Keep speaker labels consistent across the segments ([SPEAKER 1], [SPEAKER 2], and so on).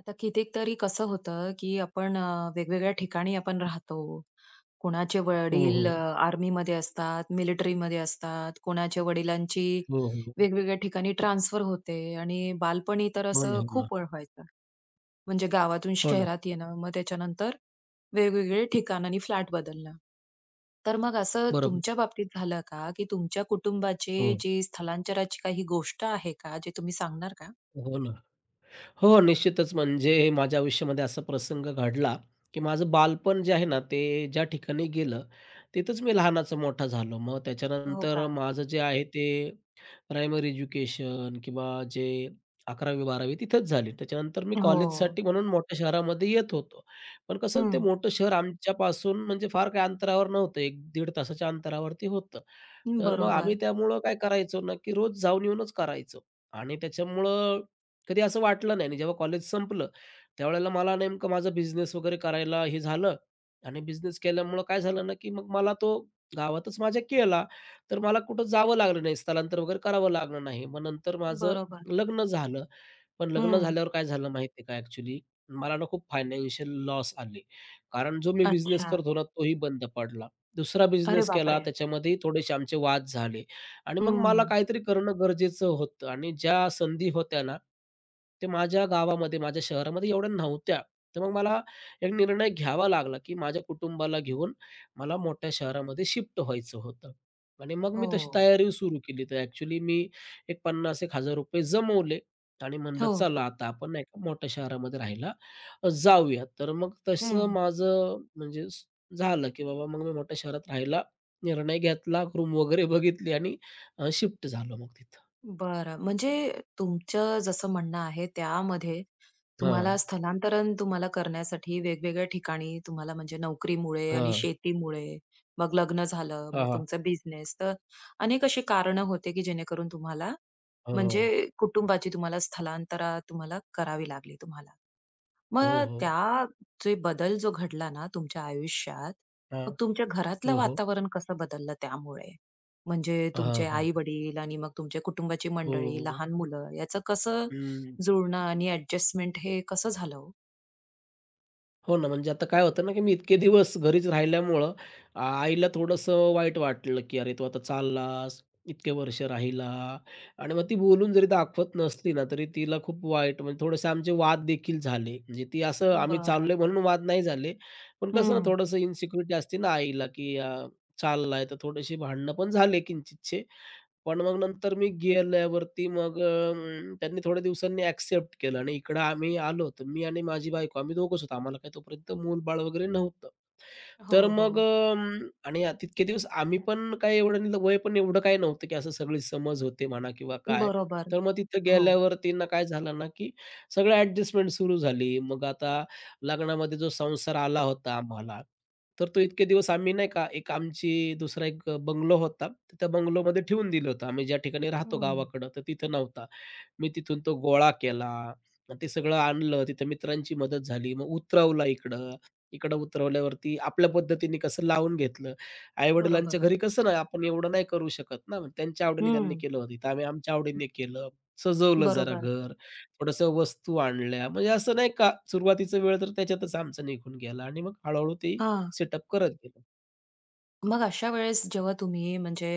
[SPEAKER 1] आता कितीतरी कसं होतं, की आपण वेगवेगळ्या ठिकाणी आपण राहतो. कोणाचे
[SPEAKER 2] हो,
[SPEAKER 1] वडील
[SPEAKER 2] हो.
[SPEAKER 1] आर्मीमध्ये असतात, मिलिटरीमध्ये असतात, कोणाच्या वडिलांची
[SPEAKER 2] हो, हो.
[SPEAKER 1] वेगवेगळ्या ठिकाणी ट्रान्सफर होते आणि बालपणी तर
[SPEAKER 2] हो हो ना,
[SPEAKER 1] असं
[SPEAKER 2] हो ना.
[SPEAKER 1] खूप वेळ व्हायचं. म्हणजे गावातून
[SPEAKER 2] हो ना.
[SPEAKER 1] शहरात येणं, मग त्याच्यानंतर वेगवेगळे ठिकाण आणि फ्लॅट बदलणं. तर मग असं
[SPEAKER 2] बरोबर.
[SPEAKER 1] तुमच्या बाबतीत झालं का, की तुमच्या कुटुंबाचे
[SPEAKER 2] हो.
[SPEAKER 1] जे स्थलांतराची काही गोष्ट आहे का, जे तुम्ही सांगणार का?
[SPEAKER 2] हो ना. हो, हो. निश्चितच म्हणजे माझ्या आयुष्यामध्ये असा प्रसंग घडला, की माझं बालपण जे आहे ना, ते ज्या ठिकाणी गेलं, तिथंच मी लहानाचा मोठा झालो. मग
[SPEAKER 1] हो
[SPEAKER 2] त्याच्यानंतर
[SPEAKER 1] का?
[SPEAKER 2] माझं जे आहे ते प्रायमरी एज्युकेशन किंवा जे 11वी-12वी तिथंच झाली. त्याच्यानंतर मी
[SPEAKER 1] हो.
[SPEAKER 2] कॉलेजसाठी म्हणून मोठ्या शहरामध्ये येत होतो. पण कसं ते मोठं शहर आमच्यापासून म्हणजे फार काही अंतरावर नव्हतं. 1-1.5 तासाच्या अंतरावरती होतं. तर मग आम्ही
[SPEAKER 1] बरोबर,
[SPEAKER 2] त्यामुळं काय करायचो ना, की रोज जाऊन येऊनच करायचो आणि त्याच्यामुळं कधी असं वाटलं नाही आणि जेव्हा कॉलेज संपलं, त्यावेळेला मला नेमकं माझा बिझनेस वगैरे करायला हे झालं आणि बिझनेस केल्यामुळं काय झालं ना, की मग मला तो गावातच माझ्या केला, तर मला कुठं जावं लागलं नाही, स्थलांतर वगैरे करावं लागलं नाही. मग नंतर माझं
[SPEAKER 1] बरोबर.
[SPEAKER 2] लग्न झालं. पण लग्न
[SPEAKER 1] हं.
[SPEAKER 2] झाल्यावर काय झालं माहिती का ॲक्चुअली मला ना खूप फायनान्शियल लॉस आले. कारण जो मी बिझनेस
[SPEAKER 1] अच्छा.
[SPEAKER 2] करत होतो ना, तोही बंद पडला. दुसरा
[SPEAKER 1] अरे
[SPEAKER 2] बिझनेस केला
[SPEAKER 1] बापरे!
[SPEAKER 2] त्याच्यामध्येही थोडेसे आमचे वाद झाले आणि मग मला
[SPEAKER 1] हं.
[SPEAKER 2] काहीतरी करणं गरजेचं होतं आणि ज्या संधी होत्या ना, ते माझ्या गावामध्ये, माझ्या शहरामध्ये एवढ्या नव्हत्या. तर मग मला एक निर्णय घ्यावा लागला, की माझ्या कुटुंबाला घेऊन मला मोठ्या शहरामध्ये शिफ्ट व्हायचं होतं. आणि मग मी
[SPEAKER 1] हो.
[SPEAKER 2] तशी तयारी सुरू केली. तर ॲक्चुअली मी एक 50,000-1,000 रुपये जमवले आणि म्हणलं
[SPEAKER 1] हो.
[SPEAKER 2] चला आता आपण नाही का मोठ्या शहरामध्ये राहायला जाऊया. तर मग
[SPEAKER 1] हं.
[SPEAKER 2] तसं माझं म्हणजे झालं, की बाबा मग मी मोठ्या शहरात राहायला निर्णय घेतला, रूम वगैरे बघितली आणि शिफ्ट झालो मग तिथं.
[SPEAKER 1] बरं. म्हणजे तुमचं जसं म्हणणं आहे त्यामध्ये
[SPEAKER 2] हां,
[SPEAKER 1] तुम्हाला स्थलांतरण तुम्हाला करण्यासाठी वेगवेगळ्या ठिकाणी तुम्हाला म्हणजे नोकरीमुळे आणि
[SPEAKER 2] हां,
[SPEAKER 1] शेतीमुळे, मग लग्न झालं, मग
[SPEAKER 2] हां, हां.
[SPEAKER 1] तुमचा बिझनेस तर अनेक अशी कारणं होते की जेणेकरून तुम्हाला
[SPEAKER 2] हो,
[SPEAKER 1] म्हणजे कुटुंबाची तुम्हाला स्थलांतरा तुम्हाला करावी लागली तुम्हाला. मग
[SPEAKER 2] हो, हो.
[SPEAKER 1] त्या जे बदल जो घडला ना तुमच्या आयुष्यात,
[SPEAKER 2] हां.
[SPEAKER 1] मग तुमच्या घरातलं
[SPEAKER 2] हो, हो.
[SPEAKER 1] वातावरण कसं बदललं त्यामुळे? म्हणजे
[SPEAKER 2] हां,
[SPEAKER 1] तुमचे
[SPEAKER 2] हां.
[SPEAKER 1] आई-वडील आणि मग तुमच्या कुटुंबाची
[SPEAKER 2] हो.
[SPEAKER 1] मंडळी,
[SPEAKER 2] हो, हो.
[SPEAKER 1] लहान मुलं याचं कसं
[SPEAKER 2] हं.
[SPEAKER 1] जुळणं आणि ॲडजस्टमेंट हे कसं झालं हो?
[SPEAKER 2] हो ना, म्हणजे आता काय होतं ना, की मी इतके दिवस घरीच राहिल्यामुळं आईला थोडंसं वाईट वाटलं, की "अरे, तू आता चाललास, इतके वर्ष राहिला" आणि मग ती बोलून जरी दाखवत नसली ना, तरी तिला खूप वाईट म्हणजे थोडेसे आमचे वाद देखील झाले. म्हणजे ती असं आम्ही
[SPEAKER 1] बरं.
[SPEAKER 2] चाललोय म्हणून वाद नाही झाले. पण कसं ना,
[SPEAKER 1] हं.
[SPEAKER 2] थोडंसं इन्सिक्युरिटी असते ना आईला, की चाललाय, तर थोडेसे भांडणं पण झाले किंचितसे. पण मग नंतर मी गेल्यावरती मग त्यांनी थोड्या दिवसांनी ॲक्सेप्ट केलं आणि इकडं आम्ही आलो, तर मी आणि माझी बायको आम्ही दोघंच होतो. आम्हाला काही तोपर्यंत मूल-बाळ वगैरे नव्हतं.
[SPEAKER 1] हो,
[SPEAKER 2] तर
[SPEAKER 1] हो.
[SPEAKER 2] मग तितके दिवस आम्ही पण काही एवढं वय पण एवढं काही नव्हतं, की असं सगळी समज होते म्हणा किंवा काय.
[SPEAKER 1] बरोबर.
[SPEAKER 2] तर मग तिथं
[SPEAKER 1] हो.
[SPEAKER 2] गेल्यावरती ना काय झालं ना, की सगळं ॲडजस्टमेंट सुरू झाली. मग आता लग्नामध्ये जो संसार आला होता आम्हाला, तर तो इतके दिवस आम्ही नाही का एक आमची दुसरा एक बंगलो होता. तर त्या बंगलोमध्ये ठेवून दिलं होतं. आम्ही ज्या ठिकाणी राहतो
[SPEAKER 1] हं.
[SPEAKER 2] गावाकडं, तर तिथं नव्हता. मी तिथून तो गोळा केला आणि ते सगळं आणलं. तिथं मित्रांची मदत झाली. मग उतरवला इकडं. इकडं उतरवल्यावरती आपल्या पद्धतीने कसं लावून घेतलं. आई-वडिलांच्या
[SPEAKER 1] बरोबर.
[SPEAKER 2] घरी कसं ना आपण एवढं नाही करू शकत ना. मग त्यांच्या आवडीने त्यांनी
[SPEAKER 1] हं.
[SPEAKER 2] केलं होतं. इथं आम्ही आमच्या आवडीने केलं. सजवलं जरा
[SPEAKER 1] बरोबर.
[SPEAKER 2] घर. थोडंसं वस्तू आणल्या, म्हणजे असं नाही का सुरुवातीचा वेळ तर त्याच्यातच आमचा निघून गेला आणि मग हळू-हळू ते
[SPEAKER 1] हां.
[SPEAKER 2] सेटअप करत गेलो.
[SPEAKER 1] मग अशा वेळेस जेव्हा तुम्ही म्हणजे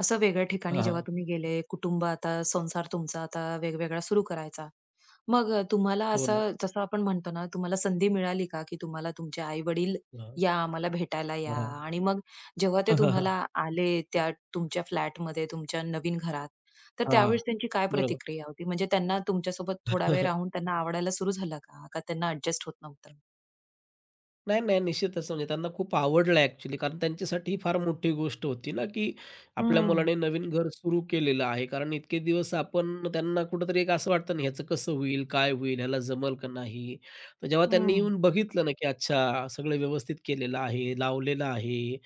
[SPEAKER 1] असं वेगळ्या
[SPEAKER 2] हां,
[SPEAKER 1] ठिकाणी जेव्हा
[SPEAKER 2] हां.
[SPEAKER 1] तुम्ही गेले, कुटुंब आता संसार तुमचा आता वेगवेगळा सुरू करायचा. मग तुम्हाला
[SPEAKER 2] हो ना.
[SPEAKER 1] असं जसं आपण म्हणतो ना, तुम्हाला संधी मिळाली का, की तुम्हाला तुमचे आई-वडील
[SPEAKER 2] हां, हां.
[SPEAKER 1] या, आम्हाला भेटायला या
[SPEAKER 2] हां, हां.
[SPEAKER 1] आणि मग जेव्हा ते
[SPEAKER 2] हां, हां.
[SPEAKER 1] तुम्हाला आले त्या तुमच्या फ्लॅटमध्ये, तुमच्या नवीन घरात, तर त्यावेळेस त्यांची काय
[SPEAKER 2] बरोबर.
[SPEAKER 1] प्रतिक्रिया होती? म्हणजे त्यांना तुमच्यासोबत थोडा वेळ राहून त्यांना आवडायला सुरू झालं का? का त्यांना अॅडजस्ट होत नव्हतं?
[SPEAKER 2] नाही, नाही. निश्चितच म्हणजे त्यांना खूप आवडलं ॲक्चुअली कारण त्यांच्यासाठी ही फार मोठी गोष्ट होती ना, की आपल्या
[SPEAKER 1] हं,
[SPEAKER 2] मुलाने नवीन घर सुरू केलेलं आहे. कारण इतके दिवस आपण त्यांना कुठेतरी एक असं वाटतं ना, ह्याचं कसं होईल? काय होईल? ह्याला जमल का नाही? तर जेव्हा त्यांनी
[SPEAKER 1] हं.
[SPEAKER 2] येऊन बघितलं ना, की अच्छा सगळं व्यवस्थित केलेलं आहे, लावलेलं आहे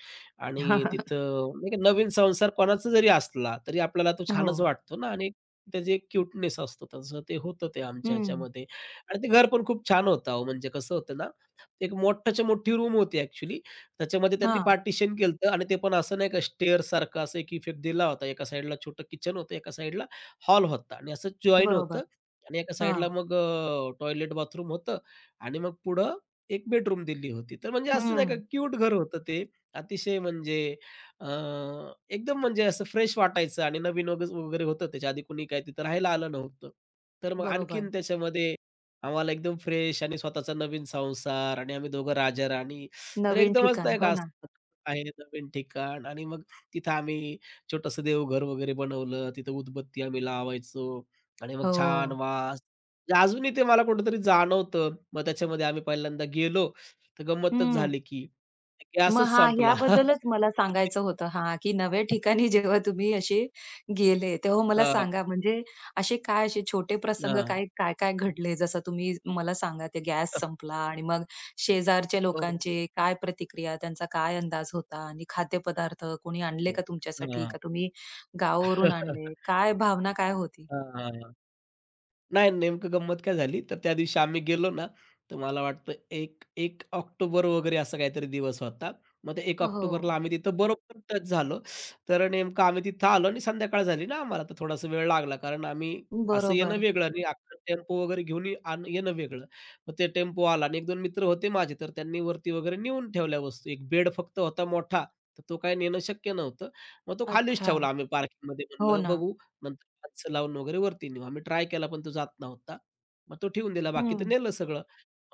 [SPEAKER 2] आणि तिथं नाही का नवीन संसार कोणाचा जरी असला, तरी आपल्याला तो
[SPEAKER 1] हो.
[SPEAKER 2] छानच वाटतो ना आणि त्याची एक क्यूटनेस असतो. तसं ते होतं ते आमच्या
[SPEAKER 1] हं.
[SPEAKER 2] ह्याच्यामध्ये आणि ते घर पण खूप छान होतं अहो. म्हणजे कसं होतं ना एक मोठ्याच्या मोठी रूम होती ॲक्चुअली. त्याच्यामध्ये त्यांनी
[SPEAKER 1] हां,
[SPEAKER 2] पार्टिशन केलतं आणि ते पण असं नाही का स्टेअरसारखा असं एक इफेक्ट दिला होता. एका साईडला छोटं किचन होतं, एका साईडला हॉल होता आणि असं जॉइन होतं
[SPEAKER 1] बरोबर.
[SPEAKER 2] आणि एका साईडला
[SPEAKER 1] हां.
[SPEAKER 2] मग टॉयलेट बाथरूम होतं आणि मग पुढं एक बेडरूम दिली होती. तर म्हणजे असं नाही का
[SPEAKER 1] हं.
[SPEAKER 2] क्यूट घर होतं ते. अतिशय म्हणजे अ, एकदम म्हणजे असं फ्रेश वाटायचं आणि नवीन वगैरे वगैरे होतं. त्याच्या आधी कुणी काही तिथं राहायला आलं नव्हतं. तर मग
[SPEAKER 1] बरोबर.
[SPEAKER 2] आणखीन त्याच्यामध्ये आम्हाला एकदम फ्रेश आणि स्वतःचा नवीन संसार आणि आम्ही दोघं राजा-राणी. तर
[SPEAKER 1] नवीन
[SPEAKER 2] एकदमच
[SPEAKER 1] ठिकाण.
[SPEAKER 2] नाही का
[SPEAKER 1] हो ना.
[SPEAKER 2] असं आहे नवीन ठिकाण आणि मग तिथं आम्ही छोटंसं देवघर वगैरे बनवलं. तिथं उदबत्ती आम्ही लावायचो आणि मग छान
[SPEAKER 1] हो.
[SPEAKER 2] वास. म्हणजे अजूनही ते मला कुठेतरी जाणवतं. मग त्याच्यामध्ये आम्ही पहिल्यांदा गेलो, तर गंमतच झाली की
[SPEAKER 1] मग
[SPEAKER 2] गॅसच
[SPEAKER 1] हां,
[SPEAKER 2] संपला.
[SPEAKER 1] ह्याबद्दलच मला सांगायचं होतं हां, की नव्या ठिकाणी जेव्हा तुम्ही असे गेले, तेव्हा मला
[SPEAKER 2] हां,
[SPEAKER 1] सांगा म्हणजे असे काय असे छोटे प्रसंग
[SPEAKER 2] हां.
[SPEAKER 1] काय, काय-काय घडले? जसं तुम्ही मला सांगा ते गॅस संपला आणि मग शेजारच्या
[SPEAKER 2] हो,
[SPEAKER 1] लोकांचे काय प्रतिक्रिया, त्यांचा काय अंदाज होता? आणि खाद्यपदार्थ कोणी आणले
[SPEAKER 2] हो.
[SPEAKER 1] का तुमच्यासाठी?
[SPEAKER 2] हां.
[SPEAKER 1] का तुम्ही गावावरून आणले? काय भावना काय होती?
[SPEAKER 2] हां. नाही, नेमकं गंमत काय झाली, तर त्या दिवशी आम्ही गेलो ना, तर मला वाटतं 1-1 ऑक्टोबर वगैरे असा काहीतरी दिवस होता. मग ते 1
[SPEAKER 1] हो.
[SPEAKER 2] ऑक्टोबरला आम्ही तिथं बरोबर टच झालो. तर नेमकं आम्ही तिथं आलो आणि संध्याकाळ झाली ना आम्हाला, तर थोडासा वेळ लागला. कारण आम्ही असं येणं
[SPEAKER 1] बरोबर.
[SPEAKER 2] वेगळं आणि अख्खा टेम्पो वगैरे घेऊन ये- आण येणं वेगळं. मग ते टेम्पो आला आणि 1-2 मित्र होते माझे, तर त्यांनी वरती वगैरे नेऊन ठेवल्या वस्तू. एक बेड फक्त होता मोठा, तर तो काही नेणं शक्य नव्हतं. मग तो खालीच
[SPEAKER 1] अच्छा.
[SPEAKER 2] ठेवला आम्ही पार्किंगमध्ये.
[SPEAKER 1] हो
[SPEAKER 2] म्हणलं
[SPEAKER 1] ना.
[SPEAKER 2] बघू हातचं लावून वगैरे वरती नेऊ. आम्ही ट्राय केला पण तो जात नव्हता. मग तो ठेवून दिला. बाकी तर
[SPEAKER 1] हं.
[SPEAKER 2] नेलं सगळं.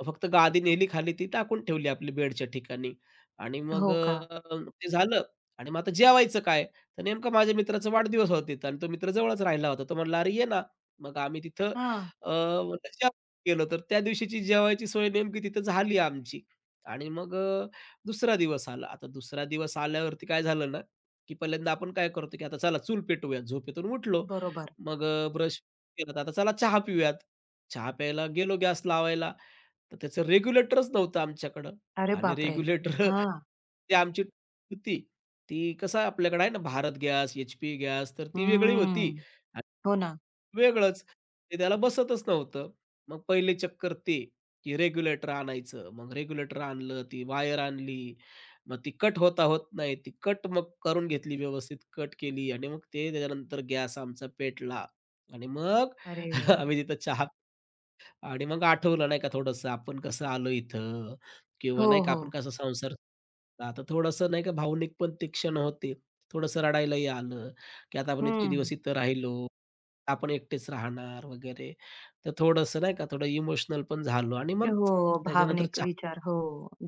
[SPEAKER 2] फक्त गादी नेली खाली ती टाकून ठेवली आपली बेडच्या ठिकाणी आणि मग
[SPEAKER 1] हो का?
[SPEAKER 2] ते झालं आणि मग आता जेवायचं काय? तर नेमका माझ्या मित्राचा वाढदिवस होता तिथं आणि तो मित्र जवळच राहिला होता. तो म्हणला, "अरे ये ना." मग आम्ही तिथं
[SPEAKER 1] हां.
[SPEAKER 2] म्हणलं जेवायला गेलो. तर त्या दिवशीची जेवायची सोय नेमकी तिथं झाली आमची आणि मग दुसरा दिवस आला. आता दुसरा दिवस आल्यावरती काय झालं ना, की पहिल्यांदा आपण काय करतो, की आता चला चूल पेटवूया. झोपेतून उठलो.
[SPEAKER 1] बरोबर.
[SPEAKER 2] मग ब्रश केला, तर आता चला चहा पिऊयात. चहा प्यायला गेलो गॅस लावायला, तर त्याचं रेग्युलेटरच नव्हतं आमच्याकडं
[SPEAKER 1] अरे
[SPEAKER 2] आणि
[SPEAKER 1] बापरे!
[SPEAKER 2] रेग्युलेटर
[SPEAKER 1] हां.
[SPEAKER 2] ते आमची होती. ती कसं आपल्याकडे आहे ना, भारत गॅस, एच-पी गॅस, तर ती वेगळी होती
[SPEAKER 1] हम्म. हो ना.
[SPEAKER 2] वेगळंच. ते त्याला बसतच नव्हतं. मग पहिले चक्कर ते, की रेग्युलेटर आणायचं. मग रेग्युलेटर आणलं, ती वायर आणली. मग ती कट होता होत नाही. ती कट मग करून घेतली व्यवस्थित कट केली आणि मग ते त्याच्यानंतर गॅस आमचा पेटला आणि मग
[SPEAKER 1] अरे!
[SPEAKER 2] आम्ही तिथं चहा आणि मग आठवलं नाही का थोडंसं आपण कसं आलो इथं किंवा
[SPEAKER 1] हो,
[SPEAKER 2] नाही का
[SPEAKER 1] हो.
[SPEAKER 2] आपण कसा संसार आता थोडंसं नाही का भावनिक पण ते क्षण होते. थोडंसं रडायलाही आलं, की आता आपण इतके
[SPEAKER 1] हं.
[SPEAKER 2] दिवस इथं राहिलो. आपण एकटेच राहणार वगैरे. तर थोडंसं नाही का थोडं इमोशनल पण झालो आणि मग
[SPEAKER 1] हो,
[SPEAKER 2] त्याच्यानंतर
[SPEAKER 1] भावनिक
[SPEAKER 2] चहा
[SPEAKER 1] विचार. हो.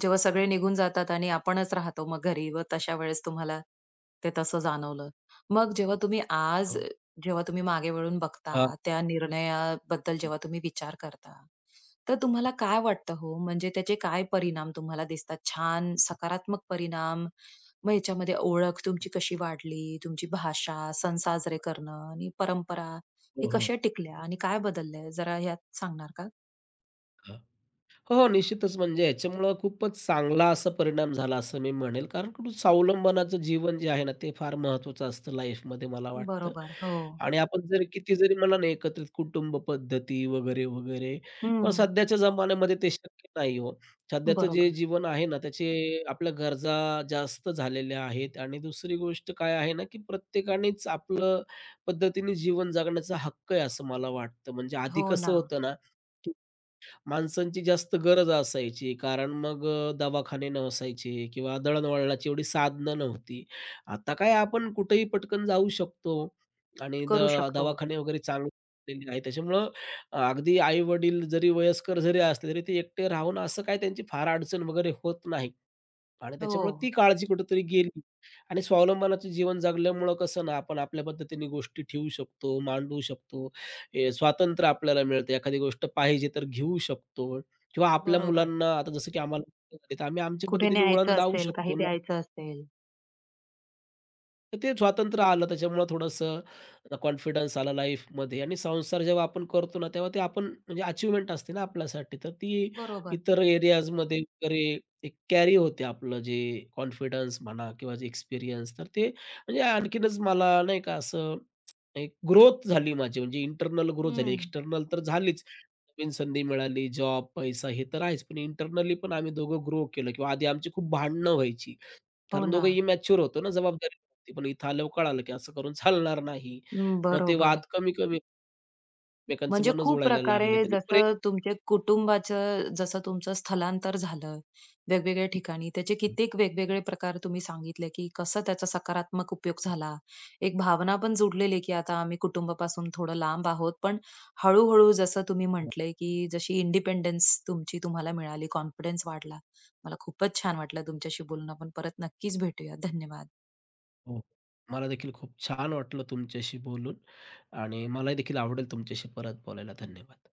[SPEAKER 1] जेव्हा सगळे निघून जातात आणि आपणच राहतो मग घरी व तशा वेळेस तुम्हाला ते तसं जाणवलं. मग जेव्हा तुम्ही आज
[SPEAKER 2] हो,
[SPEAKER 1] जेव्हा तुम्ही मागे वळून
[SPEAKER 2] हां.
[SPEAKER 1] बघता, त्या निर्णयाबद्दल जेव्हा तुम्ही विचार करता, तर तुम्हाला काय वाटतं हो? म्हणजे त्याचे काय परिणाम तुम्हाला दिसतात? छान, सकारात्मक परिणाम? मग ह्याच्यामध्ये ओळख तुमची कशी वाढली? तुमची भाषा, सण साजरे करणं आणि परंपरा हे
[SPEAKER 2] हो, हो.
[SPEAKER 1] कशा टिकल्या आणि काय बदललंय? जरा ह्यात सांगणार का?
[SPEAKER 2] हो, हो, निश्चितच. म्हणजे ह्याच्यामुळं खूपच चांगला असा परिणाम झाला असं मी म्हणेल. कारण की स्वावलंबनाचं जीवन जे आहे ना, ते फार महत्त्वाचं असतं लाईफमध्ये मला वाटतं.
[SPEAKER 1] बरोबर. हो.
[SPEAKER 2] आणि आपण जरी किती जरी म्हणा ना, एकत्रित कुटुंब पद्धती वगैरे, वगैरे, पण
[SPEAKER 1] हं,
[SPEAKER 2] सध्याच्या जमान्यामध्ये ते शक्य नाही हो. सध्याचं जे
[SPEAKER 1] बरोबर.
[SPEAKER 2] जीवन आहे ना, त्याचे आपल्या गरजा जास्त झालेल्या आहेत आणि दुसरी गोष्ट काय आहे ना, की प्रत्येकानेच आपलं पद्धतीने जीवन जगण्याचा हक्क आहे असं मला वाटतं. म्हणजे आधी
[SPEAKER 1] हो
[SPEAKER 2] कसं
[SPEAKER 1] ना,
[SPEAKER 2] होतं ना माणसांची जास्त गरज असायची. कारण मग दवाखाने नसायचे किंवा दळणवळणाची एवढी साधनं नव्हती. आता काय आपण कुठेही पटकन जाऊ शकतो आणि
[SPEAKER 1] करू शकतो.
[SPEAKER 2] दवाखाने वगैरे चांगले झालेले आहेत. त्याच्यामुळं अगदी आई-वडील जरी वयस्कर जरी असले, तरी ते एकटे राहून असं काय त्यांची फार अडचण वगैरे होत नाही. आणि
[SPEAKER 1] हो,
[SPEAKER 2] त्याच्यामुळे ती काळजी कुठेतरी गेली आणि स्वावलंबनाचं जीवन जगल्यामुळं कसं ना, आपण आपल्या पद्धतीने गोष्टी ठेवू शकतो, मांडू शकतो. हे स्वातंत्र्य आपल्याला मिळतं. एखादी गोष्ट पाहिजे तर घेऊ शकतो किंवा आपल्या
[SPEAKER 1] बरोबर.
[SPEAKER 2] मुलांना आता जसं की आम्हाला तर आम्ही आमच्या
[SPEAKER 1] कुठे
[SPEAKER 2] पद्धतीने वळण
[SPEAKER 1] न्यायचं
[SPEAKER 2] लावू
[SPEAKER 1] असेल, काही
[SPEAKER 2] शकतो ना.
[SPEAKER 1] द्यायचं असेल.
[SPEAKER 2] तर ते स्वातंत्र्य आलं त्याच्यामुळं थोडंसं कॉन्फिडन्स आला लाईफमध्ये आणि संसार जेव्हा आपण करतो ना, तेव्हा ते आपण म्हणजे अचीव्हमेंट असते ना आपल्यासाठी. तर ती
[SPEAKER 1] बरोबर.
[SPEAKER 2] इतर एरियाजमध्ये वगैरे एक कॅरी होते आपलं जे कॉन्फिडन्स म्हणा किंवा जे एक्सपिरियन्स तर ते म्हणजे आणखीनच मला नाही का असं एक ग्रोथ झाली माझी म्हणजे इंटरनल ग्रोथ झाली.
[SPEAKER 1] हं,
[SPEAKER 2] एक्स्टर्नल तर झालीच. नवीन संधी मिळाली, जॉब, पैसा हे तर आहेच. पण इंटरनली पण आम्ही दोघं ग्रो केलं किंवा आधी आमची खूप भांडणं व्हायची.
[SPEAKER 1] हो
[SPEAKER 2] कारण
[SPEAKER 1] ना.
[SPEAKER 2] दोघं इमॅच्युअर होतो ना, जबाबदारी नव्हती. पण इथं आल्यावर कळालं की असं करून चालणार नाही.
[SPEAKER 1] हं,
[SPEAKER 2] मग ते वाद
[SPEAKER 1] बरोबर.
[SPEAKER 2] कमी-कमी एकमेकांचे
[SPEAKER 1] म्हणजे
[SPEAKER 2] मनं
[SPEAKER 1] खूप
[SPEAKER 2] जुळायला
[SPEAKER 1] प्रकारे
[SPEAKER 2] लागलेत आणि प्रेम
[SPEAKER 1] जसं तुमच्या कुटुंबाचं जसं तुमचं स्थलांतर झालं, वेगवेगळ्या ठिकाणी त्याचे कित्येक वेगवेगळे प्रकार तुम्ही सांगितले, की कसं त्याचा सकारात्मक उपयोग झाला. एक भावना पण जुडलेली, की आता आम्ही कुटुंबापासून थोडं लांब आहोत, पण हळू जसं तुम्ही म्हटले, की जशी इंडिपेंडन्स तुमची तुम्हाला मिळाली, कॉन्फिडन्स वाढला. मला खूपच छान वाटलं तुमच्याशी बोलून. आपण परत नक्कीच भेटूया. धन्यवाद.
[SPEAKER 2] हो. मला देखील खूप छान वाटलं तुमच्याशी बोलून आणि मलाही देखील आवडेल तुमच्याशी परत बोलायला. धन्यवाद.